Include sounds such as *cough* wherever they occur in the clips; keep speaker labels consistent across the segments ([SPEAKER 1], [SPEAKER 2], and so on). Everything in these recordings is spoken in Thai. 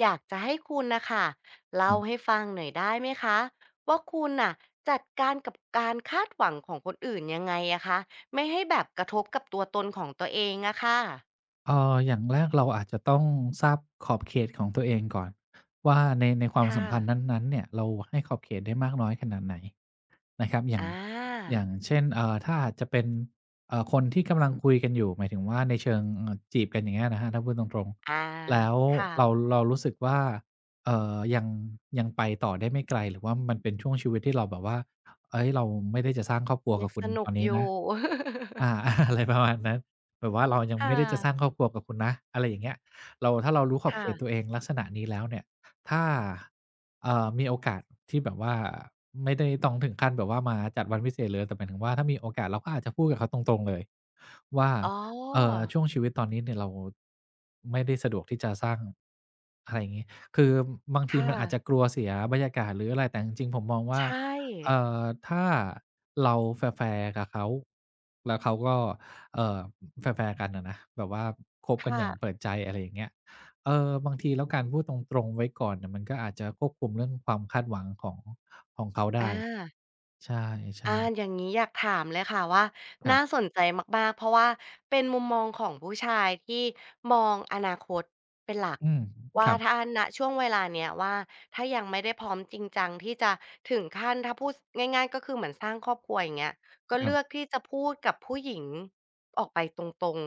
[SPEAKER 1] อยากจะให้คุณนะคะเล่าให้ฟังหน่อยได้ไหมคะว่าคุณน่ะจัดการกับการคาดหวังของคนอื่นยังไงอะคะไม่ให้แบบกระทบกับตัวตนของตัวเองอะค่ะ
[SPEAKER 2] อย่างแรกเราอาจจะต้องทราบขอบเขตของตัวเองก่อนว่าในความสั
[SPEAKER 1] ค่ะ
[SPEAKER 2] มพันธ์นั้นๆเนี่ยเราให้ขอบเขตได้มากน้อยขนาดไหนนะครับอย่าง
[SPEAKER 1] อา
[SPEAKER 2] อย่างเช่นถ้าอาจจะเป็นคนที่กำลังคุยกันอยู่หมายถึงว่าในเชิงจีบกันอย่างเงี้ยนะครับถ้าพูดตรง
[SPEAKER 1] อา
[SPEAKER 2] ๆแล้ว
[SPEAKER 1] ค่ะ
[SPEAKER 2] เรารู้สึกว่าเอ่อยังยังไปต่อได้ไม่ไกลหรือว่ามันเป็นช่วงชีวิตที่เราแบบว่าเฮ้ยเราไม่ได้จะสร้างครอบครัว
[SPEAKER 1] ยัง
[SPEAKER 2] กับคุ
[SPEAKER 1] ส
[SPEAKER 2] ณ
[SPEAKER 1] นุ
[SPEAKER 2] ต
[SPEAKER 1] ก
[SPEAKER 2] อน
[SPEAKER 1] อ
[SPEAKER 2] นี้
[SPEAKER 1] ยู่
[SPEAKER 2] นะ
[SPEAKER 1] *laughs*
[SPEAKER 2] อา *laughs* อะไรประมาณนั้นแบบว่าเรายัง
[SPEAKER 1] ค่ะ
[SPEAKER 2] ไม่ได้จะสร้างครอบครัวกับคุณนะอะไรอย่างเงี้ยเราถ้าเรารู้ขอบเขตตัว
[SPEAKER 1] ค่ะ
[SPEAKER 2] เองลักษณะนี้แล้วเนี่ยถ้ามีโอกาสที่แบบว่าไม่ได้ต้องถึงขั้นแบบว่ามาจัดวันพิเศษเลยแต่หมายถึงว่าถ้ามีโอกาสเราก็อาจจะพูดกับเขาตรงๆเลยว่า
[SPEAKER 1] อ๋อ
[SPEAKER 2] ช่วงชีวิตตอนนี้เนี่ยเราไม่ได้สะดวกที่จะสร้างอะไรอย่างงี้คือบางที
[SPEAKER 1] ค่ะ
[SPEAKER 2] มันอาจจะกลัวเสียบรรยากาศหรืออะไรแต่จริงๆผมมอง
[SPEAKER 1] ใช
[SPEAKER 2] ว่า
[SPEAKER 1] ่
[SPEAKER 2] เอ่ถ้าเราแฟร์ๆกับเขาแล้วเขาก็เอ่อแฟร์ๆกันอะนะแบบว่าคบกันอ
[SPEAKER 1] ค่ะ
[SPEAKER 2] ย่างเปิดใจอะไรอย่างเงี้ยเออบางทีแล้วการพูดตรงๆไว้ก่อนน่ะมันก็อาจจะควบคุมเรื่องความคาดหวังของเขาได้
[SPEAKER 1] อา
[SPEAKER 2] ใช่
[SPEAKER 1] อ
[SPEAKER 2] ๆ
[SPEAKER 1] ย่างงี้อยากถามเลยค่ะว่า
[SPEAKER 2] ครั
[SPEAKER 1] น่าส
[SPEAKER 2] บ
[SPEAKER 1] นใจมากๆเพราะว่าเป็นมุมมองของผู้ชายที่มองอนาคตเป็นหลัก
[SPEAKER 2] อืมค
[SPEAKER 1] ว่าถ้าณช่วงเวลาเนี้ยว่าถ้ายังไม่ได้พร้อมจริงจังที่จะถึงขั้นถ้าพูดสง่ายๆก็คือเหมือนสร้างครอบครัวอย่างเงี้ยก็
[SPEAKER 2] รั
[SPEAKER 1] เลื
[SPEAKER 2] บ
[SPEAKER 1] อกที่จะพูดกับผู้หญิงออกไปตรง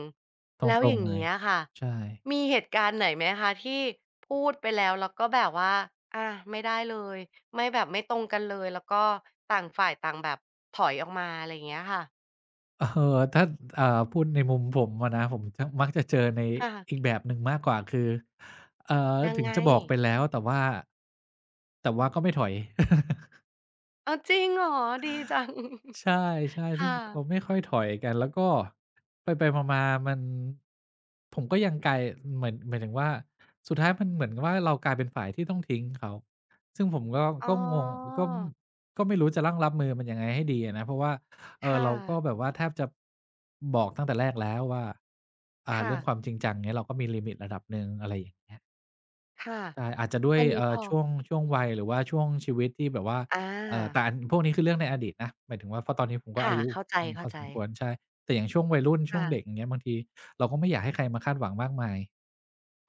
[SPEAKER 2] ๆต
[SPEAKER 1] ๆ แล้ว
[SPEAKER 2] ร
[SPEAKER 1] อ
[SPEAKER 2] ง
[SPEAKER 1] ย่าง
[SPEAKER 2] ๆเลย
[SPEAKER 1] เงี้ยค่ะ
[SPEAKER 2] ใช่
[SPEAKER 1] มีเหตุการณ์ไหนไหมคะที่พูดไปแล้วแล้วก็แบบว่าอ่ะไม่ได้เลยไม่แบบไม่ตรงกันเลยแล้วก็ต่างฝ่ายต่างแบบถอยออกมาอะไรอย่างเงี้ยค่ะ
[SPEAKER 2] เออถ้าอ่าพูดในมุมผมอะนะผมจะมักจะเจอใน
[SPEAKER 1] ค่ะ
[SPEAKER 2] อีกแบบหนึ่งมากกว่าคือเอ่อ
[SPEAKER 1] ยัง
[SPEAKER 2] ถึง
[SPEAKER 1] ไง
[SPEAKER 2] จะบอกไปแล้วแต่ว่าก็ไม่ถอย
[SPEAKER 1] เอ้าวจริงเหรอดีจัง
[SPEAKER 2] ใช่
[SPEAKER 1] *laughs* ค
[SPEAKER 2] ๆซึ่งเขา
[SPEAKER 1] ่ะ
[SPEAKER 2] ไม่ค่อยถอยกันแล้วก็ไปๆมาๆมันผมก็ยังกลายหมายถึงว่าสุดท้ายมันเหมือนกับว่าเรากลายเป็นฝ่ายที่ต้องทิ้งเขาซึ่งผมก็
[SPEAKER 1] อ๋
[SPEAKER 2] ก็งง
[SPEAKER 1] อ
[SPEAKER 2] ก็ก็ไม่รู้จะรัางรับมือมันยังไงให้ดีอะนะเพราะว่า
[SPEAKER 1] ค่ะ
[SPEAKER 2] เราก็แบบว่าแทบจะบอกตั้งแต่แรกแล้วว่า
[SPEAKER 1] ค่ะ
[SPEAKER 2] เรื่องความจริงจังเงี้ยเราก็มีลิมิตระดับหนึ่งอะไรอย่าง
[SPEAKER 1] ค่ะ
[SPEAKER 2] ใช่อาจจะด้วย
[SPEAKER 1] อันนี้
[SPEAKER 2] เอ่
[SPEAKER 1] พ
[SPEAKER 2] อ
[SPEAKER 1] อ
[SPEAKER 2] ช่วงช่วงวัยหรือว่าช่วงชีวิตที่แบบว่า
[SPEAKER 1] อา
[SPEAKER 2] แต่อันพวกนี้คือเรื่องในอดีตนะหมายถึงว่าเพราะตอนนี้ผมก็
[SPEAKER 1] ค่ะ
[SPEAKER 2] อายุ
[SPEAKER 1] เข้าใจ
[SPEAKER 2] อืมพ
[SPEAKER 1] เข้า
[SPEAKER 2] อส
[SPEAKER 1] ใจ
[SPEAKER 2] มควรใช่แต่อย่างช่วงวัยรุ่นช่วง
[SPEAKER 1] ค่ะ
[SPEAKER 2] เด็กอย่างเงี้ยบางทีเราก็ไม่อยากให้ใครมาคาดหวังมากมาย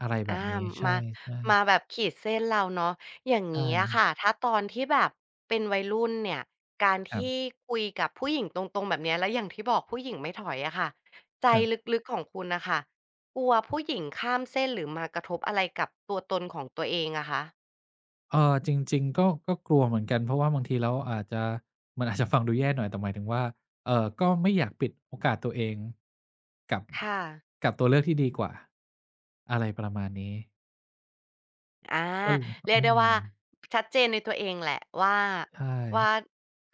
[SPEAKER 2] อะไรแบบ
[SPEAKER 1] อา
[SPEAKER 2] นี้ใช
[SPEAKER 1] มา
[SPEAKER 2] ่
[SPEAKER 1] มา
[SPEAKER 2] ๆ
[SPEAKER 1] แบบขีดเส้นเราเนาะอย่างงี้อะ
[SPEAKER 2] ใช่
[SPEAKER 1] ค่ะถ้าตอนที่แบบเป็นวัยรุ่นเนี่ยการ
[SPEAKER 2] ครั
[SPEAKER 1] ที่
[SPEAKER 2] บ
[SPEAKER 1] คุยกับผู้หญิงตรงๆแบบเนี้ยแล้วอย่างที่บอกผู้หญิงไม่ถอยอะค่ะใจ
[SPEAKER 2] ครับ
[SPEAKER 1] ลึกๆของคุณน่ะค่ะกลัวผู้หญิงข้ามเส้นหรือมากระทบอะไรกับตัวตนของตัวเองอะคะ
[SPEAKER 2] จริงๆก็กลัวเหมือนกันเพราะว่าบางทีแล้วอาจจะมันอาจจะฟังดูแย่หน่อยแต่หมายถึงว่าก็ไม่อยากปิดโอกาสตัวเองกับ
[SPEAKER 1] ค่ะ
[SPEAKER 2] ตัวเลือกที่ดีกว่าอะไรประมาณนี้
[SPEAKER 1] อา
[SPEAKER 2] ก็เลย
[SPEAKER 1] เรียก
[SPEAKER 2] อื
[SPEAKER 1] ได้ว่า
[SPEAKER 2] ม
[SPEAKER 1] ชัดเจนในตัวเองแหละว่าว่า
[SPEAKER 2] ใช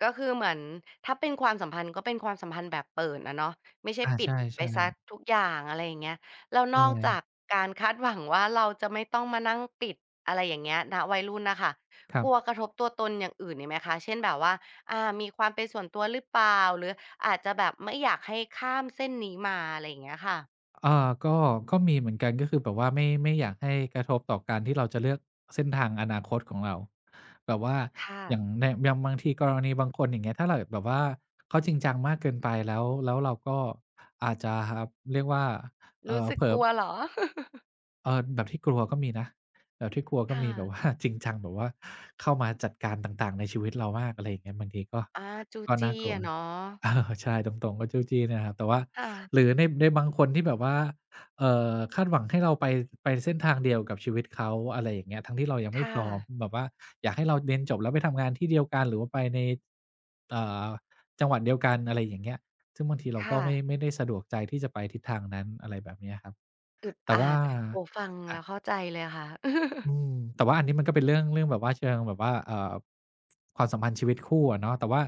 [SPEAKER 1] ก็คือเหมือนถ้าเป็นความสัมพันธ์ก็เป็นความสัมพันธ์แบบเปิดอะเนาะไม่ใช่
[SPEAKER 2] ่่อา
[SPEAKER 1] ปิ
[SPEAKER 2] ใช
[SPEAKER 1] ดไป
[SPEAKER 2] ่
[SPEAKER 1] เสีย
[SPEAKER 2] ๆ
[SPEAKER 1] ทุกอย่างอะไรอย่างเงี้ยแล้ว
[SPEAKER 2] ใช
[SPEAKER 1] นอกจาก
[SPEAKER 2] ่
[SPEAKER 1] การคาดหวังว่าเราจะไม่ต้องมานั่งปิดอะไรอย่างเงี้ยณวัยรุ่นน่ะค่ะ
[SPEAKER 2] ครั
[SPEAKER 1] กลัวก
[SPEAKER 2] บ
[SPEAKER 1] ระทบตัวตนอย่างอื่นอีกไหมคะเช่นแบบว่าอามีความเป็นส่วนตัวหรือเปล่าหรืออาจจะแบบไม่อยากให้ข้ามเส้นนี้มาอะไรอย่างเงี้ยค่ะ
[SPEAKER 2] อ่าก็ก็มีเหมือนกันก็คือแบบว่าไม่อยากให้กระทบต่อการที่เราจะเลือกเส้นทางอนาคตของเราแบบว่า
[SPEAKER 1] ค่ะ
[SPEAKER 2] อย่างในอย่างบางทีกรณีบางคนอย่างเงี้ยถ้าเราแบบว่าเขาจริงจังมากเกินไปแล้วเราก็อาจจะเรียกว่า
[SPEAKER 1] รู้สึก
[SPEAKER 2] เผล
[SPEAKER 1] ก
[SPEAKER 2] อ
[SPEAKER 1] ลัวเหรอ
[SPEAKER 2] เออแบบที่กลัวก็มีนะแบบที่กลัวก็
[SPEAKER 1] ค่ะ
[SPEAKER 2] มีแบบว่า *laughs* จริงจังแบบว่าเข้ามาจัดการต่างๆในชีวิตเรามากอะไรอย่างเงี้ยบางทีก็
[SPEAKER 1] อาจู้
[SPEAKER 2] ก็น่า
[SPEAKER 1] จี้
[SPEAKER 2] กลัว
[SPEAKER 1] อะเนาะ
[SPEAKER 2] *laughs* เออใช่ตรงๆก็จู้จี้เนี่ยครับแต่ว่าห
[SPEAKER 1] ค่ะ
[SPEAKER 2] รือในบางคนที่แบบว่าคาดหวังให้เราไปไปเส้นทางเดียวกับชีวิตเขาอะไรอย่างเงี้ยทั้งที่เรายังไม่พ
[SPEAKER 1] ค่ะ
[SPEAKER 2] ร้อมแบบว่าอยากให้เราเรียนจบแล้วไปทำงานที่เดียวกันหรือว่าไปในเอ่อจังหวัดเดียวกันอะไรอย่างเงี้ยซึ่งบางทีเราก็
[SPEAKER 1] ค่ะ
[SPEAKER 2] ไม่ได้สะดวกใจที่จะไปทิศทางนั้นอะไรแบบเนี้ยครับ
[SPEAKER 1] อึด
[SPEAKER 2] แต่
[SPEAKER 1] อั
[SPEAKER 2] ว่า
[SPEAKER 1] ดโอ้ฟังแล้วเข้าใจเลยค่ะ *laughs*
[SPEAKER 2] อืมแต่ว่าอันนี้มันก็เป็นเรื่องแบบว่าเชิงแบบว่าความสัมพันธ์ชีวิตคู่อะเนาะแต่ว่า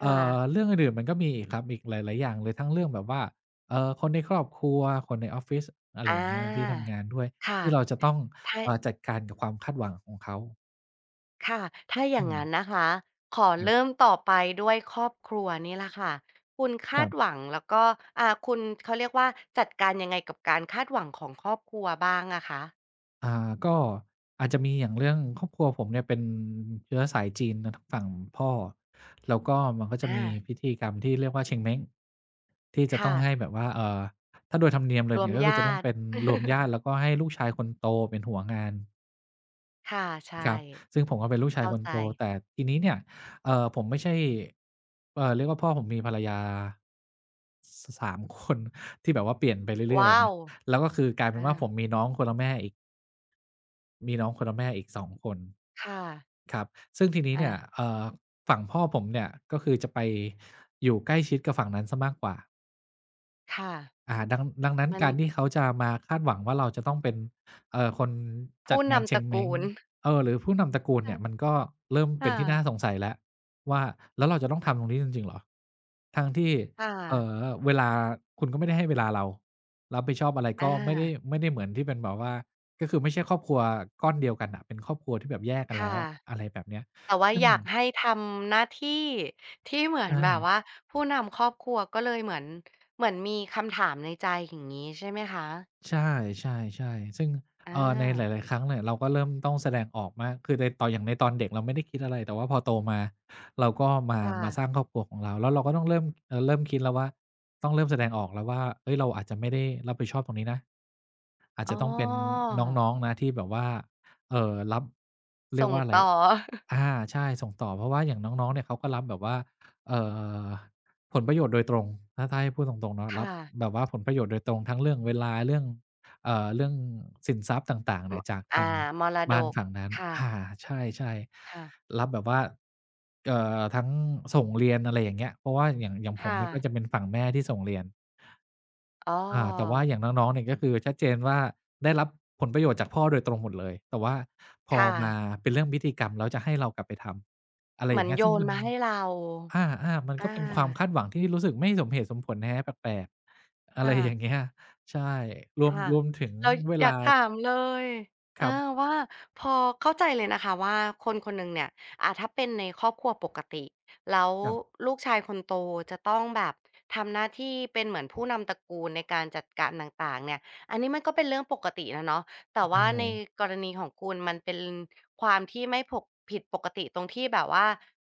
[SPEAKER 2] เอ่
[SPEAKER 1] ค่ะ
[SPEAKER 2] อเรื่องอื่นๆมันก็มีอีกครับอีกหลายๆอย่างเลยทั้งเรื่องแบบว่าคนในครอบครัวคนในออฟฟิศอะไร
[SPEAKER 1] อ
[SPEAKER 2] อย่างเงี้ยที่
[SPEAKER 1] า
[SPEAKER 2] ทำงานด้วย
[SPEAKER 1] ค่ะ
[SPEAKER 2] ที่เราจะต้อง
[SPEAKER 1] ถ้า
[SPEAKER 2] จัดการกับความคาดหวังของเขา
[SPEAKER 1] ค่ะ ถ้าอย่า
[SPEAKER 2] อื
[SPEAKER 1] ง
[SPEAKER 2] ม
[SPEAKER 1] งั้นนะคะ ขอ
[SPEAKER 2] ครั
[SPEAKER 1] เริ่ม
[SPEAKER 2] บ
[SPEAKER 1] ต่อไปด้วยครอบครัวนี่แหละค่ะ คุณ
[SPEAKER 2] ค
[SPEAKER 1] คา
[SPEAKER 2] รั
[SPEAKER 1] ดห
[SPEAKER 2] บ
[SPEAKER 1] วังแล้วก็อ่าคุณเขาเรียกว่าจัดการยังไงกับการคาดหวังของครอบครัวบ้างอะคะ
[SPEAKER 2] อ่าก็อาจจะมีอย่างเรื่องครอบครัวผมเนี่ยเป็นเชื้อสายจีนนะทางฝั่งพ่อแล้วก็มันก็จะ
[SPEAKER 1] อา
[SPEAKER 2] มีพิธีกรรมที่เรียกว่าเชงเม้งที่จะต้อ
[SPEAKER 1] ค่ะ
[SPEAKER 2] งให้แบบว่าถ้าโดยธรรมเนียมเล
[SPEAKER 1] ร
[SPEAKER 2] ย
[SPEAKER 1] วม
[SPEAKER 2] เนี่ยก็
[SPEAKER 1] ญ
[SPEAKER 2] คือจะ
[SPEAKER 1] า
[SPEAKER 2] ต้อง
[SPEAKER 1] ติ
[SPEAKER 2] เป็นรวมญา
[SPEAKER 1] *laughs*
[SPEAKER 2] ติแล้วก็ให้ลูกชายคนโตเป็นหัวงาน
[SPEAKER 1] ค่ะ
[SPEAKER 2] ค
[SPEAKER 1] ใช่
[SPEAKER 2] รับซึ่งผมก็เป็นลูกชาย
[SPEAKER 1] เข้า
[SPEAKER 2] คน
[SPEAKER 1] ใจ
[SPEAKER 2] โตแต่ทีนี้เนี่ยผมไม่ใช่เรียกว่าพ่อผมมีภรรยาสามคนที่แบบว่าเปลี่ยนไปเรื่อยๆอะ
[SPEAKER 1] ว้าว
[SPEAKER 2] นะแล้วก็คือกลายเป็น
[SPEAKER 1] อา
[SPEAKER 2] ว่าผมมีน้องคนละแม่อีก มีน้องคนละแม่อีก2คน
[SPEAKER 1] ค่ะ
[SPEAKER 2] ครับซึ่งทีนี้เนี่ย
[SPEAKER 1] อา
[SPEAKER 2] ฝั่งพ่อผมเนี่ยก็คือจะไปอยู่ใกล้ชิดกับฝั่งนั้นเสียมากกว่า
[SPEAKER 1] ค่ะ
[SPEAKER 2] อาดังนั้น
[SPEAKER 1] มัน
[SPEAKER 2] การที่เขาจะมาคาดหวังว่าเราจะต้องเป็นคนจั
[SPEAKER 1] ผู้
[SPEAKER 2] ดงาน
[SPEAKER 1] นำ
[SPEAKER 2] เช
[SPEAKER 1] ตระ
[SPEAKER 2] งเม้
[SPEAKER 1] กู
[SPEAKER 2] ง
[SPEAKER 1] ล
[SPEAKER 2] เออหรือผู้นำตระกูลเนี่ยมัน
[SPEAKER 1] ค่ะ
[SPEAKER 2] ก็เริ่ม
[SPEAKER 1] ค
[SPEAKER 2] เป็นที่น่าส
[SPEAKER 1] ่ะ
[SPEAKER 2] งสัยแล้วว่าแล้วเราจะต้องทำตรงนี้จริงๆเหรอทั้งที่
[SPEAKER 1] อา
[SPEAKER 2] เอ่อเวลาคุณก็ไม่ได้ให้เวลาเรารับผิดชอบอะไรก็ไม่ได้ไม่ได้เหมือนที่เป็นแบบว่าก็คือไม่ใช่ครอบครัวก้อนเดียวกันน่ะเป็นครอบครัวที่แบบแยกกันแล้
[SPEAKER 1] ค่ะ
[SPEAKER 2] วอะอะไรแบบเนี้ย
[SPEAKER 1] แต่ว่า
[SPEAKER 2] ซึ่
[SPEAKER 1] อ
[SPEAKER 2] ง
[SPEAKER 1] ยากให้ทำหน้าที่ที่เหมือน
[SPEAKER 2] ใช่
[SPEAKER 1] แบบว่าผู้นำครอบครัวก็เลยเหมือนเหมือนมีคำถามในใจอย่างงี้ใช่ไหมคะ
[SPEAKER 2] ใช่ๆๆซึ่ง
[SPEAKER 1] อ
[SPEAKER 2] ในห
[SPEAKER 1] า
[SPEAKER 2] ลายๆครั้งเนี่ยเราก็เริ่มต้องแสดงออกมากคือในตอนอย่างในตอนเด็กเราไม่ได้คิดอะไรแต่ว่าพอโตมาเราก็
[SPEAKER 1] ค่ะ
[SPEAKER 2] มาสร้างครอบครัวของเราแล้วเราก็ต้องเริ่มเริ่มคิดแล้วว่าต้องเริ่มแสดงออกแล้วว่าเฮ้ยเราอาจจะไม่ได้รับผิดชอบตรงนี้นะอาจ
[SPEAKER 1] อ๋อ
[SPEAKER 2] จะต้องเป็นน้องๆนะที่แบบว่ารับเรียก
[SPEAKER 1] ส่ง
[SPEAKER 2] ว่าอะไร
[SPEAKER 1] ต่อ
[SPEAKER 2] อาใช่ส่งต่อเพราะว่าอย่างน้องๆเนี่ยเขาก็รับแบบว่าเอ่อ ผลประโยชน์โดยตรงถ้าให้พูดตรงๆเนาะรับ
[SPEAKER 1] ค่ะ
[SPEAKER 2] แบบว่าผลประโยชน์โดยตรงทั้งเรื่องเวลาเรื่องเรื่องสินทรัพย์ต่างๆ
[SPEAKER 1] ม
[SPEAKER 2] เนี่ยจากทา
[SPEAKER 1] อา
[SPEAKER 2] ง
[SPEAKER 1] มรด
[SPEAKER 2] บ้าน
[SPEAKER 1] ก
[SPEAKER 2] ฝั่งนั้น
[SPEAKER 1] ค่ะ
[SPEAKER 2] อาใช่
[SPEAKER 1] ค่ะ
[SPEAKER 2] ๆรับแบบว่าทั้งส่งเรียนอะไรอย่างเงี้ยเพราะว่าอย่างผม
[SPEAKER 1] ค่ะ
[SPEAKER 2] เนี่ยก็จะเป็นฝั่งแม่ที่ส่งเรียน
[SPEAKER 1] อ๋
[SPEAKER 2] อาแต่ว่า
[SPEAKER 1] อ
[SPEAKER 2] อย่างน้องๆเนี่ยก็คือชัดเจนว่าได้รับผลประโยชน์จากพ่อโดยตรงหมดเลยแต่ว่าพอ
[SPEAKER 1] ค่ะ
[SPEAKER 2] มาเป็นเรื่องพิธีกรรมแล้วจะให้เรากลับไปทำอะไร
[SPEAKER 1] เห
[SPEAKER 2] อ
[SPEAKER 1] มื
[SPEAKER 2] ย่า
[SPEAKER 1] อ
[SPEAKER 2] ง
[SPEAKER 1] น
[SPEAKER 2] เงี้ย
[SPEAKER 1] โย
[SPEAKER 2] ซึ่ง
[SPEAKER 1] น
[SPEAKER 2] มัน
[SPEAKER 1] มาให้เรา
[SPEAKER 2] อาๆมันก็
[SPEAKER 1] อา
[SPEAKER 2] เป็นความคาดหวังที่รู้สึกไม่สมเหตุสมผลแฮะแปลกๆอะไรอย่างเงี้
[SPEAKER 1] ค่ะ
[SPEAKER 2] ยใช่
[SPEAKER 1] ค่ะ
[SPEAKER 2] รวมถึง
[SPEAKER 1] แล้ว
[SPEAKER 2] เว
[SPEAKER 1] อยา
[SPEAKER 2] ลา
[SPEAKER 1] กถามเลย
[SPEAKER 2] ค
[SPEAKER 1] อา
[SPEAKER 2] รับ
[SPEAKER 1] ว่าพอเข้าใจเลยนะคะว่าคนคนหนึ่งเนี่ยอ่าถ้าเป็นในครอบครัวปกติแล้ว
[SPEAKER 2] กับ
[SPEAKER 1] ลูกชายคนโตจะต้องแบบทำหน้าที่เป็นเหมือนผู้นำตระกูลในการจัดการต่างๆเนี่ยอันนี้มันก็เป็นเรื่องปกติแล้วเนาะแต่
[SPEAKER 2] ใช่
[SPEAKER 1] ว่าในกรณีของคุณมันเป็นความที่ไม่ผกผิดปกติตรงที่แบบว่า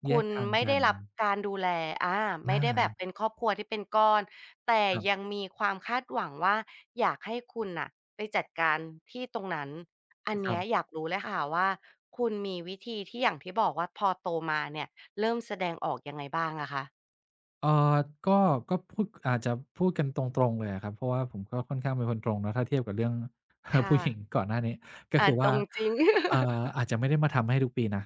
[SPEAKER 2] แย
[SPEAKER 1] คุ
[SPEAKER 2] ก
[SPEAKER 1] ณ
[SPEAKER 2] ทาง
[SPEAKER 1] ไม่
[SPEAKER 2] กั
[SPEAKER 1] ได้
[SPEAKER 2] น
[SPEAKER 1] รับการดูแลอา
[SPEAKER 2] อ
[SPEAKER 1] ไม่ได้แบบ
[SPEAKER 2] า
[SPEAKER 1] เป็นครอบครัวที่เป็นก้อน แต่
[SPEAKER 2] ครั
[SPEAKER 1] ยัง
[SPEAKER 2] บ
[SPEAKER 1] มีความคาดหวังว่าอยากให้คุณน่ะไปจัดการที่ตรงนั้นอัน
[SPEAKER 2] ครั
[SPEAKER 1] เนี้ยอ
[SPEAKER 2] บ
[SPEAKER 1] ยากรู้เลยค่ะว่าคุณมีวิธีที่อย่างที่บอกว่าพอโตมาเนี่ยเริ่มแสดงออกยังไงบ้างอะคะ
[SPEAKER 2] เอ่อก็พูดอาจจะพูดกันตรงๆเลยอะครับเพราะว่าผมก็ค่อนข้างเป็นคนตรงเนาะถ้าเทียบกับเรื่อง *laughs*
[SPEAKER 1] ค่ะ
[SPEAKER 2] ผู้หญิงก่อนหน้านี้ก็
[SPEAKER 1] อ่า
[SPEAKER 2] คือ
[SPEAKER 1] ตร
[SPEAKER 2] ว่า
[SPEAKER 1] งจริง *laughs*
[SPEAKER 2] อาจจะไม่ได้มาทำให้ทุกปีนะ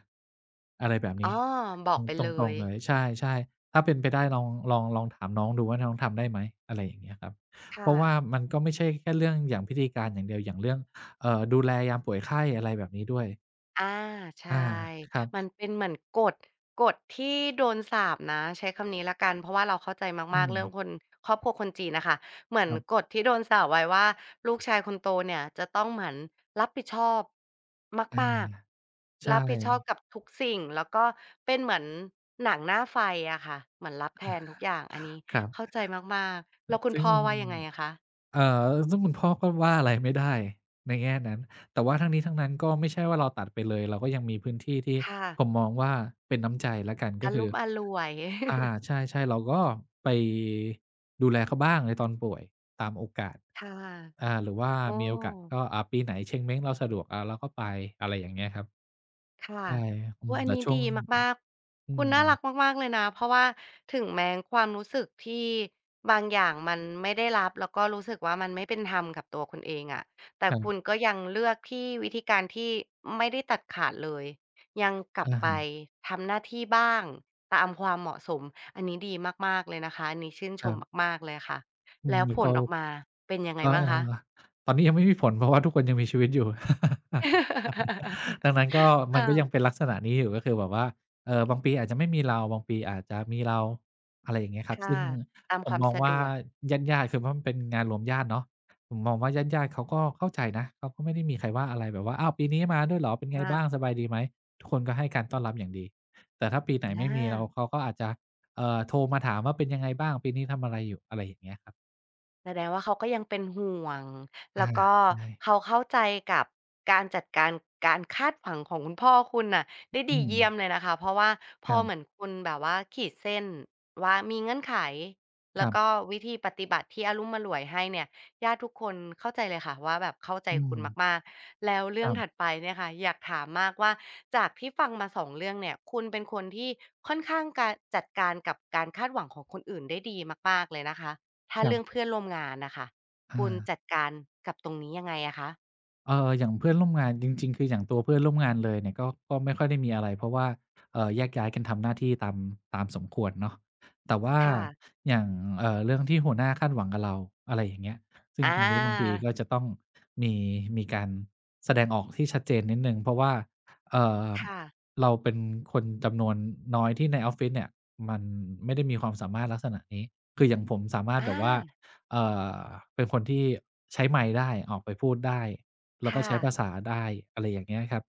[SPEAKER 2] อะไรแบบนี้
[SPEAKER 1] อ้อบอ
[SPEAKER 2] อื
[SPEAKER 1] ก
[SPEAKER 2] ม
[SPEAKER 1] ไป
[SPEAKER 2] ต
[SPEAKER 1] เล
[SPEAKER 2] ร
[SPEAKER 1] ย
[SPEAKER 2] งๆเลยใช่ๆถ้าเป็นไปได้ลองถามน้องดูว่าน้องทำได้ไหมอะไรอย่างเงี้ยครับเพ
[SPEAKER 1] ค่ะ
[SPEAKER 2] ราะว่ามันก็ไม่ใช่แค่เรื่องอย่างพิธีการอย่างเดียวอย่างเรื่องดูแลยามป่วยไข้อะไรแบบนี้ด้วย
[SPEAKER 1] อาใช่
[SPEAKER 2] อาครับ
[SPEAKER 1] มันเป็นเหมือนกฎกฎที่โดนสาปนะใช้คำนี้แล้วกันเพราะว่าเราเข้าใจ
[SPEAKER 2] อื
[SPEAKER 1] มากๆ
[SPEAKER 2] ม
[SPEAKER 1] เรื่องคนครอบครัวคนจีนน่ะค่ะเหมือ
[SPEAKER 2] ค
[SPEAKER 1] น
[SPEAKER 2] รั
[SPEAKER 1] ก
[SPEAKER 2] บ
[SPEAKER 1] ฎที่โดนสาปไว้ว่าลูกชายคนโตเนี่ยจะต้องเหมือนรับผิดชอบ
[SPEAKER 2] อา
[SPEAKER 1] มากๆ
[SPEAKER 2] ใช่
[SPEAKER 1] รับผิดชอบกับทุกสิ่งแล้วก็เป็นเหมือนหนังหน้าไฟอะค่ะเหมือนรับแทนทุกอย่างอันนี้
[SPEAKER 2] ครั
[SPEAKER 1] เข้า
[SPEAKER 2] บ
[SPEAKER 1] ใจมากๆแล้วคุณ
[SPEAKER 2] ซึ่ง
[SPEAKER 1] พ่อว่ายังไงอะคะ
[SPEAKER 2] เอ่ซึ่งคุณพ่อก็ว่าอะไรไม่ได้ในแง่นั้น แต่ว่าทั้งนี้ทั้งนั้นก็ไม่ใช่ว่าเราตัดไปเลย เราก็ยังมีพื้นที่ที่
[SPEAKER 1] ค่ะ
[SPEAKER 2] ผมมองว่าเป็นน้ำใจแล้วกัน
[SPEAKER 1] อา
[SPEAKER 2] ก็คื
[SPEAKER 1] รุ่
[SPEAKER 2] อ
[SPEAKER 1] มอร่วย
[SPEAKER 2] อาใช่ๆเราก็ไปดูแลเขาบ้างในตอนป่วยตามโอกาส
[SPEAKER 1] ค่ะ *laughs*
[SPEAKER 2] อ่าหรือว่า
[SPEAKER 1] โอ้
[SPEAKER 2] มีโอกาสก็อ่าปีไหนเชงเม้งเราสะดวกอ่าเราก็ไปอะไรอย่างเงี้ยครับ
[SPEAKER 1] ค่ะ
[SPEAKER 2] ใช่อื
[SPEAKER 1] โอ้
[SPEAKER 2] ม
[SPEAKER 1] อัน
[SPEAKER 2] แต่
[SPEAKER 1] นี้
[SPEAKER 2] ช่วง
[SPEAKER 1] ดีมาก
[SPEAKER 2] อื
[SPEAKER 1] ๆคุณ
[SPEAKER 2] ม
[SPEAKER 1] น่ารักมากๆเลยนะเพราะว่าถึงแม้ความรู้สึกที่บางอย่างมันไม่ได้รับแล้วก็รู้สึกว่ามันไม่เป็นธรรมกับตัวคุณเองอะแต่
[SPEAKER 2] ครั
[SPEAKER 1] คุณก็
[SPEAKER 2] บ
[SPEAKER 1] ยังเลือกที่วิธีการที่ไม่ได้ตัดขาดเลยยังกลับ
[SPEAKER 2] อะ
[SPEAKER 1] ไป
[SPEAKER 2] ฮะ
[SPEAKER 1] ทำหน้าที่บ้างตามความเหมาะสมอันนี้ดีมากๆเลยนะคะอันนี้ชื่นช
[SPEAKER 2] ครั
[SPEAKER 1] ม
[SPEAKER 2] บ
[SPEAKER 1] มากๆเลยค่ะ
[SPEAKER 2] อื
[SPEAKER 1] แล้ว
[SPEAKER 2] ม
[SPEAKER 1] ผ
[SPEAKER 2] ก็
[SPEAKER 1] ลออกมาเป็นยังไง
[SPEAKER 2] เอ
[SPEAKER 1] บ้าง
[SPEAKER 2] อ
[SPEAKER 1] คะ
[SPEAKER 2] ๆตอนนี้ยังไม่มีผลเพราะว่าทุกคนยังมีชีวิตอยู่ *laughs* ดังนั้นก็
[SPEAKER 1] *laughs*
[SPEAKER 2] มันก็ยังเป็
[SPEAKER 1] ค่ะ
[SPEAKER 2] นลักษณะนี้อยู่ก็คือแบบว่าบางปีอาจจะไม่มีเราบางปีอาจจะมีเราอะไรอย่างเงี้ยครับ
[SPEAKER 1] ค่ะ
[SPEAKER 2] ซึ่ง
[SPEAKER 1] ตาม
[SPEAKER 2] ผ
[SPEAKER 1] ค
[SPEAKER 2] ม
[SPEAKER 1] วาม
[SPEAKER 2] มอง
[SPEAKER 1] สะด
[SPEAKER 2] ว่า
[SPEAKER 1] วก
[SPEAKER 2] ญาติๆคือเพราะมันเป็นงานรวมญาติเนาะผมมองว่าญาติๆเขาก็เข้าใจนะเขาก็ไม่ได้มีใครว่าอะไรแบบว่าอ้าวปีนี้มาด้วยเหรอเป็นไงบ้าง
[SPEAKER 1] ค่ะ
[SPEAKER 2] สบายดีไหมทุกคนก็ให้การต้อนรับอย่างดีแต่ถ้าปีไหน
[SPEAKER 1] อ
[SPEAKER 2] ไม่มีเรา
[SPEAKER 1] า
[SPEAKER 2] เขาก็อาจจะโทรมาถามว่าเป็นยังไงบ้างปีนี้ทำอะไรอยู่อะไรอย่างเงี้ยครับ
[SPEAKER 1] แสดงว่าเขาก็ยังเป็นห่วง
[SPEAKER 2] อา
[SPEAKER 1] แล้วก็
[SPEAKER 2] ใช่
[SPEAKER 1] เขาเข้าใจกับการจัดการการคาดหวังของคุณพ่อคุณน่ะได้ดี
[SPEAKER 2] อืม
[SPEAKER 1] เยี่ยมเลยนะคะเพราะว่าพ
[SPEAKER 2] ค
[SPEAKER 1] อ
[SPEAKER 2] รั
[SPEAKER 1] เหมือน
[SPEAKER 2] บ
[SPEAKER 1] คุณแบบว่าขีดเส้นว่ามีเงื่อนไข
[SPEAKER 2] ค
[SPEAKER 1] แล้ว
[SPEAKER 2] รั
[SPEAKER 1] ก็
[SPEAKER 2] บ
[SPEAKER 1] วิธีปฏิบัติที่อารุ่มอร่วยให้เนี่ยญาติทุกคนเข้าใจเลยค่ะว่าแบบเข้าใจ
[SPEAKER 2] อื
[SPEAKER 1] คุณ
[SPEAKER 2] ม
[SPEAKER 1] มากๆแล้วเรื่
[SPEAKER 2] ค
[SPEAKER 1] อง
[SPEAKER 2] รั
[SPEAKER 1] ถัด
[SPEAKER 2] บ
[SPEAKER 1] ไปเนี่ยค่ะอยากถามมากว่าจากที่ฟังมาสองเรื่องเนี่ยคุณเป็นคนที่ค่อนข้างการจัดการกับการคาดหวังของคนอื่นได้ดีมากๆเลยนะคะ ถ้า
[SPEAKER 2] ครั
[SPEAKER 1] เรื่อง
[SPEAKER 2] บ
[SPEAKER 1] เพื่อนร่วมงานน่ะค่ะ
[SPEAKER 2] อา
[SPEAKER 1] คุณจัดการกับตรงนี้ยังไงอะคะ
[SPEAKER 2] เอออย่างเพื่อนร่วมงาน จริงๆ คืออย่างตัวเพื่อนร่วมงานเลยเนี่ยก็ไม่ค่อยได้มีอะไรเพราะว่าแยกย้ายกันทำหน้าที่ตามสมควรเนาะแต่ว่า
[SPEAKER 1] ค่ะ
[SPEAKER 2] อย่างเรื่องที่หัวหน้าคาดหวังกับเรา อะไรอย่างเงี้ย ซึ่
[SPEAKER 1] อ
[SPEAKER 2] งตรงนี้บางที
[SPEAKER 1] า
[SPEAKER 2] ก็จะต้องมีการ แสดงออกที่ชัดเจนนิดหนึ่งเพราะว่าเอ่อ
[SPEAKER 1] ค่ะ
[SPEAKER 2] เราเป็นคนจำนวนน้อยที่ในออฟฟิศเนี่ยมันไม่ได้มีความสามารถลักษณะนี้คืออย่างผมสามารถแบ
[SPEAKER 1] อา
[SPEAKER 2] บว่า เอ่อเป็นคนที่ใช้ไมค์ได้ออกไปพูดได้แล้วก็
[SPEAKER 1] ค่ะ
[SPEAKER 2] ใช้ภาษาได้อะไรอย่างเงี้ยครับ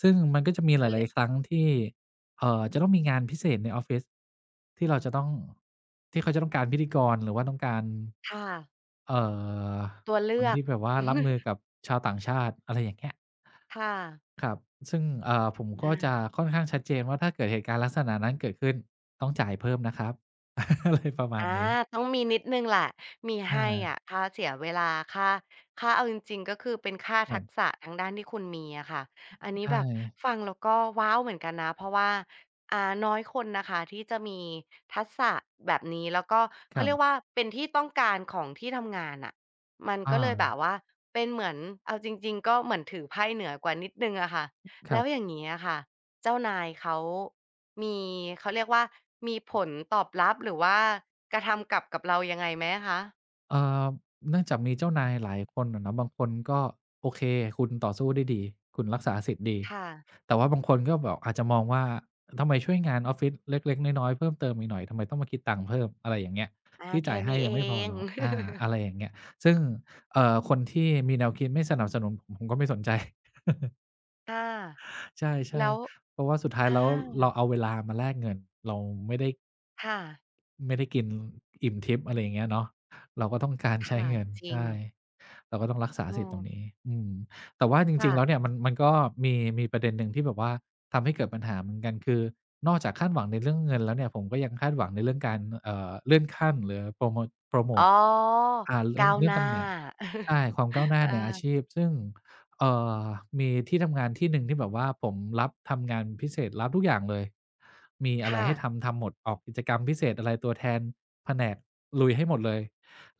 [SPEAKER 2] ซึ่งมันก็จะมีห
[SPEAKER 1] เขาเรี
[SPEAKER 2] ลา
[SPEAKER 1] ย
[SPEAKER 2] ย
[SPEAKER 1] ก
[SPEAKER 2] ๆครั้งที่จะต้องมีงานพิเศษในออฟฟิศที่เราจะต้องที่เขาจะต้องการพิธีกรหรือว่าต้องการ
[SPEAKER 1] ค่ะ
[SPEAKER 2] เอ่อ
[SPEAKER 1] ตัว
[SPEAKER 2] ค
[SPEAKER 1] เลื
[SPEAKER 2] น
[SPEAKER 1] อก
[SPEAKER 2] ที่แบบว่ารับมือกับชาวต่างชาติอะไรอย่างเงี้ย
[SPEAKER 1] ค่ะ
[SPEAKER 2] ครับซึ่งผมก็
[SPEAKER 1] อา
[SPEAKER 2] จะค่อนข้างชัดเจนว่าถ้าเกิดเหตุการณ์ลักษณะนั้นเกิดขึ้นต้องจ่ายเพิ่มนะครับ *laughs* อะไรประมาณ
[SPEAKER 1] อา
[SPEAKER 2] นี้
[SPEAKER 1] ต้องมีนิดหนึ่งแหละมี
[SPEAKER 2] อา
[SPEAKER 1] ให้อะค่าเสียเวลาค่าค่าเอาจริงๆก็คือเป็นค่า
[SPEAKER 2] ครั
[SPEAKER 1] ทัก
[SPEAKER 2] บ
[SPEAKER 1] ษะทางด้านที่คุณมีอะค่ะอันนี้
[SPEAKER 2] ใช่
[SPEAKER 1] แบบฟังแล้วก็ว้าวเหมือนกันนะเพราะว่าอ่าน้อยคนนะคะที่จะมีทักษะแบบนี้แล้วก็
[SPEAKER 2] ค
[SPEAKER 1] เขา
[SPEAKER 2] รั
[SPEAKER 1] เรียก
[SPEAKER 2] บ
[SPEAKER 1] ว่าเป็นที่ต้องการของที่ทำงานน่ะมันก็เลยแบบ
[SPEAKER 2] อา
[SPEAKER 1] ว่าเป็นเหมือนเอาจริงๆก็เหมือนถือไพ่เหนือกว่านิดหนึ่งอะค่ะ
[SPEAKER 2] ค
[SPEAKER 1] แล้
[SPEAKER 2] รั
[SPEAKER 1] วอ
[SPEAKER 2] บ
[SPEAKER 1] ย่างงี้อะค่ะเจ้านายเขา มีเขาเรียกว่ามีผลตอบรับหรือว่ากระทำกลับกับเรายังไงไหมอะคะ
[SPEAKER 2] เอ่อเนื่องจากมีเจ้านายหลายคนอะเนาะบางคนก็โอเคคุณต่อสู้ได้ดีคุณรักษาสิทธิ์ดี
[SPEAKER 1] ค่ะ
[SPEAKER 2] แต่ว่าบางคนก็แบบอาจจะมองว่าทำไมช่วยงานออฟฟิศเล็กๆน้อยๆเพิ่มเติมอีกหน่อยทำไมต้องมาคิดตังค์เพิ่มอะไรอย่างเงี้ย
[SPEAKER 1] อา
[SPEAKER 2] ที่
[SPEAKER 1] แค่
[SPEAKER 2] จ่ายให้
[SPEAKER 1] นี้
[SPEAKER 2] ยั
[SPEAKER 1] เอ
[SPEAKER 2] งไม่พอ
[SPEAKER 1] ง
[SPEAKER 2] เหรออา
[SPEAKER 1] *laughs*
[SPEAKER 2] อะไรอย่างเงี้ยซึ่งคนที่มีแนวคิดไม่สนับสนุนผมผมก็ไม่สนใจ
[SPEAKER 1] ค่ะ
[SPEAKER 2] ใช
[SPEAKER 1] แล้
[SPEAKER 2] ่
[SPEAKER 1] ว
[SPEAKER 2] ๆเพราะว่าสุดท้าย
[SPEAKER 1] อา
[SPEAKER 2] แล้วเราเอาเวลามาแลกเงินเราไม่ได้
[SPEAKER 1] ค่ะ
[SPEAKER 2] กินอิ่มทิพย์อะไรอย่างเงี้ยเนาะเราก็ต้องการใช้
[SPEAKER 1] ค่ะ
[SPEAKER 2] เงิน
[SPEAKER 1] จริง
[SPEAKER 2] ใช่เราก็ต้องรักษา
[SPEAKER 1] เอ
[SPEAKER 2] สิทธิ์ตรง
[SPEAKER 1] อ
[SPEAKER 2] นี้อืมแต่ว่าจริ
[SPEAKER 1] ค่ะ
[SPEAKER 2] งๆแล้วเนี่ยมันก็มีประเด็นหนึ่งที่แบบว่าทำให้เกิดปัญหาเหมือนกันคือนอกจากคาดหวังในเรื่องเงินแล้วเนี่ยผมก็ยังคาดหวังในเรื่องการเลื่อนขั้นหรือโพรโม
[SPEAKER 1] อ๋
[SPEAKER 2] ต
[SPEAKER 1] อ
[SPEAKER 2] อ่าเลื่อ
[SPEAKER 1] ก้า
[SPEAKER 2] น
[SPEAKER 1] วหน้า
[SPEAKER 2] ตำแหน่งใช่
[SPEAKER 1] *laughs*
[SPEAKER 2] ความก้าวหน้า
[SPEAKER 1] อา
[SPEAKER 2] ในอาชีพซึ่ง เอ่อมีที่ทำงานที่หนึ่งที่แบบว่าผมรับทำงานพิเศษรับทุกอย่างเลย มีอะไร
[SPEAKER 1] ค่ะ
[SPEAKER 2] ให้ทำทำหมดออกกิจกรรมพิเศษอะไรตัวแทนแผนกลุยให้หมดเลย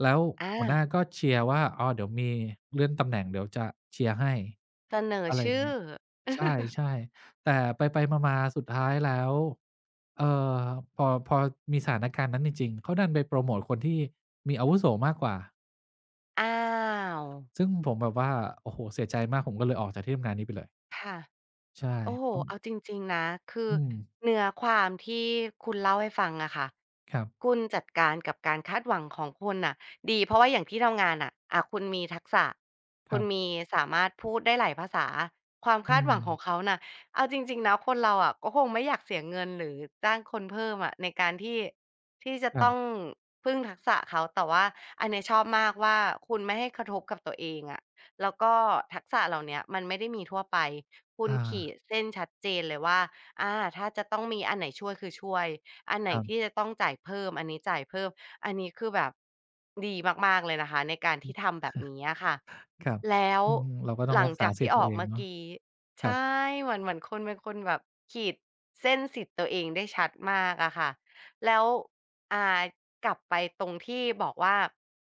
[SPEAKER 2] แล้ว
[SPEAKER 1] อา
[SPEAKER 2] หัวหน้าก็เชียร์ว่าอ๋อเดี๋ยวมีเลื่อนตำแหน่งเดี๋ยวจะเชียร์ให้
[SPEAKER 1] เสนอ
[SPEAKER 2] อะไรอย่า
[SPEAKER 1] ชื่
[SPEAKER 2] ง
[SPEAKER 1] อ
[SPEAKER 2] เงี้ยใ
[SPEAKER 1] *laughs*
[SPEAKER 2] ช่ๆแต่ไปๆมาๆสุดท้ายแล้วเอ่อพอมีสถานการณ์นั้นจริงๆเขาดันไปโพรโมตคนที่มีอาวุโสมากกว่า
[SPEAKER 1] อ้าว
[SPEAKER 2] ซึ่งผมแบบว่าโอ้โฮเสียใจมากผมก็เลยออกจากที่ทำงานนี้ไปเลย
[SPEAKER 1] ค่ะ
[SPEAKER 2] ใช่
[SPEAKER 1] โอ้โฮ
[SPEAKER 2] อืม
[SPEAKER 1] เอาจริงๆนะ คือ
[SPEAKER 2] อืม
[SPEAKER 1] เนื้อความที่คุณเล่าให้ฟังอะค่ะ
[SPEAKER 2] ครับ
[SPEAKER 1] คุณจัดการกับการคาดหวังของคุณน่ะดีเพราะว่าอย่างที่ทำงานน่ะอะคุณมีทักษะ
[SPEAKER 2] ค
[SPEAKER 1] คุ
[SPEAKER 2] รั
[SPEAKER 1] ณ
[SPEAKER 2] บ
[SPEAKER 1] มีสามารถพูดได้หลายภาษาความ
[SPEAKER 2] อื
[SPEAKER 1] คาดห
[SPEAKER 2] ม
[SPEAKER 1] วังของเขาน่ะเอาจริงๆนะคนเราอะก็คงไม่อยากเสียเงินหรือจ้างคนเพิ่มอะในการที่ที่จะ
[SPEAKER 2] ครั
[SPEAKER 1] ต้อง
[SPEAKER 2] บ
[SPEAKER 1] พึ่งทักษะเขาแต่ว่าอันเนี้ยชอบมากว่าคุณไม่ให้กระทบกับตัวเองอะแล้วก็ทักษะเหล่าเนี้ยมันไม่ได้มีทั่วไป คุณ
[SPEAKER 2] อา
[SPEAKER 1] ขีดเส้นชัดเจนเลยว่าอาถ้าจะต้องมีอันไหนช่วยคือช่วย อันไหน
[SPEAKER 2] ครั
[SPEAKER 1] ที่
[SPEAKER 2] บ
[SPEAKER 1] จะต้องจ่ายเพิ่มอันนี้จ่ายเพิ่ม อันนี้คือแบบดีมากๆเลยนะคะในการ
[SPEAKER 2] อื
[SPEAKER 1] ที่
[SPEAKER 2] อ
[SPEAKER 1] ทำแบบนี้อะค่ะ
[SPEAKER 2] ครับ
[SPEAKER 1] แล้ว
[SPEAKER 2] อืมเราก็ต้อ
[SPEAKER 1] ห
[SPEAKER 2] ง
[SPEAKER 1] ลัง
[SPEAKER 2] รักษา
[SPEAKER 1] จาก
[SPEAKER 2] สิท
[SPEAKER 1] ที่
[SPEAKER 2] ธิ์
[SPEAKER 1] อ
[SPEAKER 2] ตั
[SPEAKER 1] อ
[SPEAKER 2] ว
[SPEAKER 1] ก
[SPEAKER 2] เอง
[SPEAKER 1] เมื่อ
[SPEAKER 2] เนาะ
[SPEAKER 1] กี้
[SPEAKER 2] ครับ
[SPEAKER 1] ใช่เหมือนคนณเป็นคนแบบขีดเส้นสิทธิ์ตัวเองได้ชัดมากอะค่ะแล้วอ่ากลับไปตรงที่บอกว่า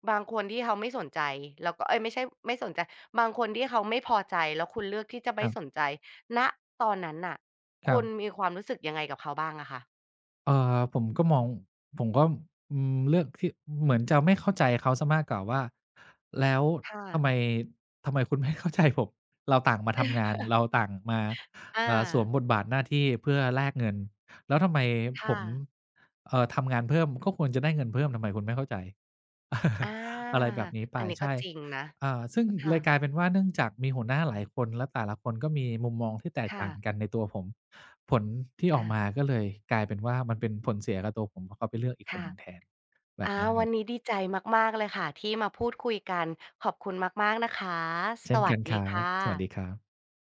[SPEAKER 1] บางคนที่เขาไม่สนใจแล้วก็เอ๊ยไม่ใช่ไม่สนใจบางคนที่เขาไม่พอใจแล้วคุณเลือกที่จะ
[SPEAKER 2] ค
[SPEAKER 1] ไม่
[SPEAKER 2] รั
[SPEAKER 1] สน
[SPEAKER 2] บ
[SPEAKER 1] ใจณตอนนั้นน่ะ
[SPEAKER 2] ค
[SPEAKER 1] คุ
[SPEAKER 2] รั
[SPEAKER 1] ณ
[SPEAKER 2] บ
[SPEAKER 1] มีความรู้สึกยังไงกับเขาบ้างอะคะ
[SPEAKER 2] ผมก็มองผมก็อืมเลือกที่เหมือนจะไม่เข้าใจเขาเสียมากกว่าว่าแล้ว
[SPEAKER 1] ค่ะ
[SPEAKER 2] ทำไมคุณไม่เข้าใจผมเราต่างมาทำงานเราต่างมา
[SPEAKER 1] อ
[SPEAKER 2] สวม
[SPEAKER 1] า
[SPEAKER 2] บทบาทหน้าที่เพื่อแลกเงินแล้วทำไมผ
[SPEAKER 1] ค่ะ
[SPEAKER 2] มทำงานเพิ่มก็ควรจะได้เงินเพิ่มทำไมคุณไม่เข้าใจ
[SPEAKER 1] อ
[SPEAKER 2] *laughs* อะไร
[SPEAKER 1] า
[SPEAKER 2] แบบนี้ไป
[SPEAKER 1] อันนี้ก็
[SPEAKER 2] ใช่
[SPEAKER 1] จริงนะ
[SPEAKER 2] อ่าซึ่งเล
[SPEAKER 1] ค่ะ
[SPEAKER 2] ยกลายเป็นว่าเนื่องจากมีหัวหน้าหลายคนและแต่ละคนก็มีมุมมองที่แตก
[SPEAKER 1] ค่ะ
[SPEAKER 2] ต่างกันในตัวผมผลที่ออ
[SPEAKER 1] อา
[SPEAKER 2] กมาก็เลยกลายเป็นว่ามันเป็นผลเสียกับตัวผมเพราะเขาไปเลือกอีกคนหนึ่งแท
[SPEAKER 1] ค่ะ
[SPEAKER 2] นแบบ
[SPEAKER 1] อา
[SPEAKER 2] เนี้ยค
[SPEAKER 1] วั
[SPEAKER 2] รั
[SPEAKER 1] น
[SPEAKER 2] บ
[SPEAKER 1] นี้ดีใจมากๆเลยค่ะที่มาพูดคุยกันขอบคุณมากๆนะคะส
[SPEAKER 2] เช่น
[SPEAKER 1] วัส
[SPEAKER 2] กันค
[SPEAKER 1] ดี
[SPEAKER 2] รับ
[SPEAKER 1] ค่ะ
[SPEAKER 2] สวัสดีครับ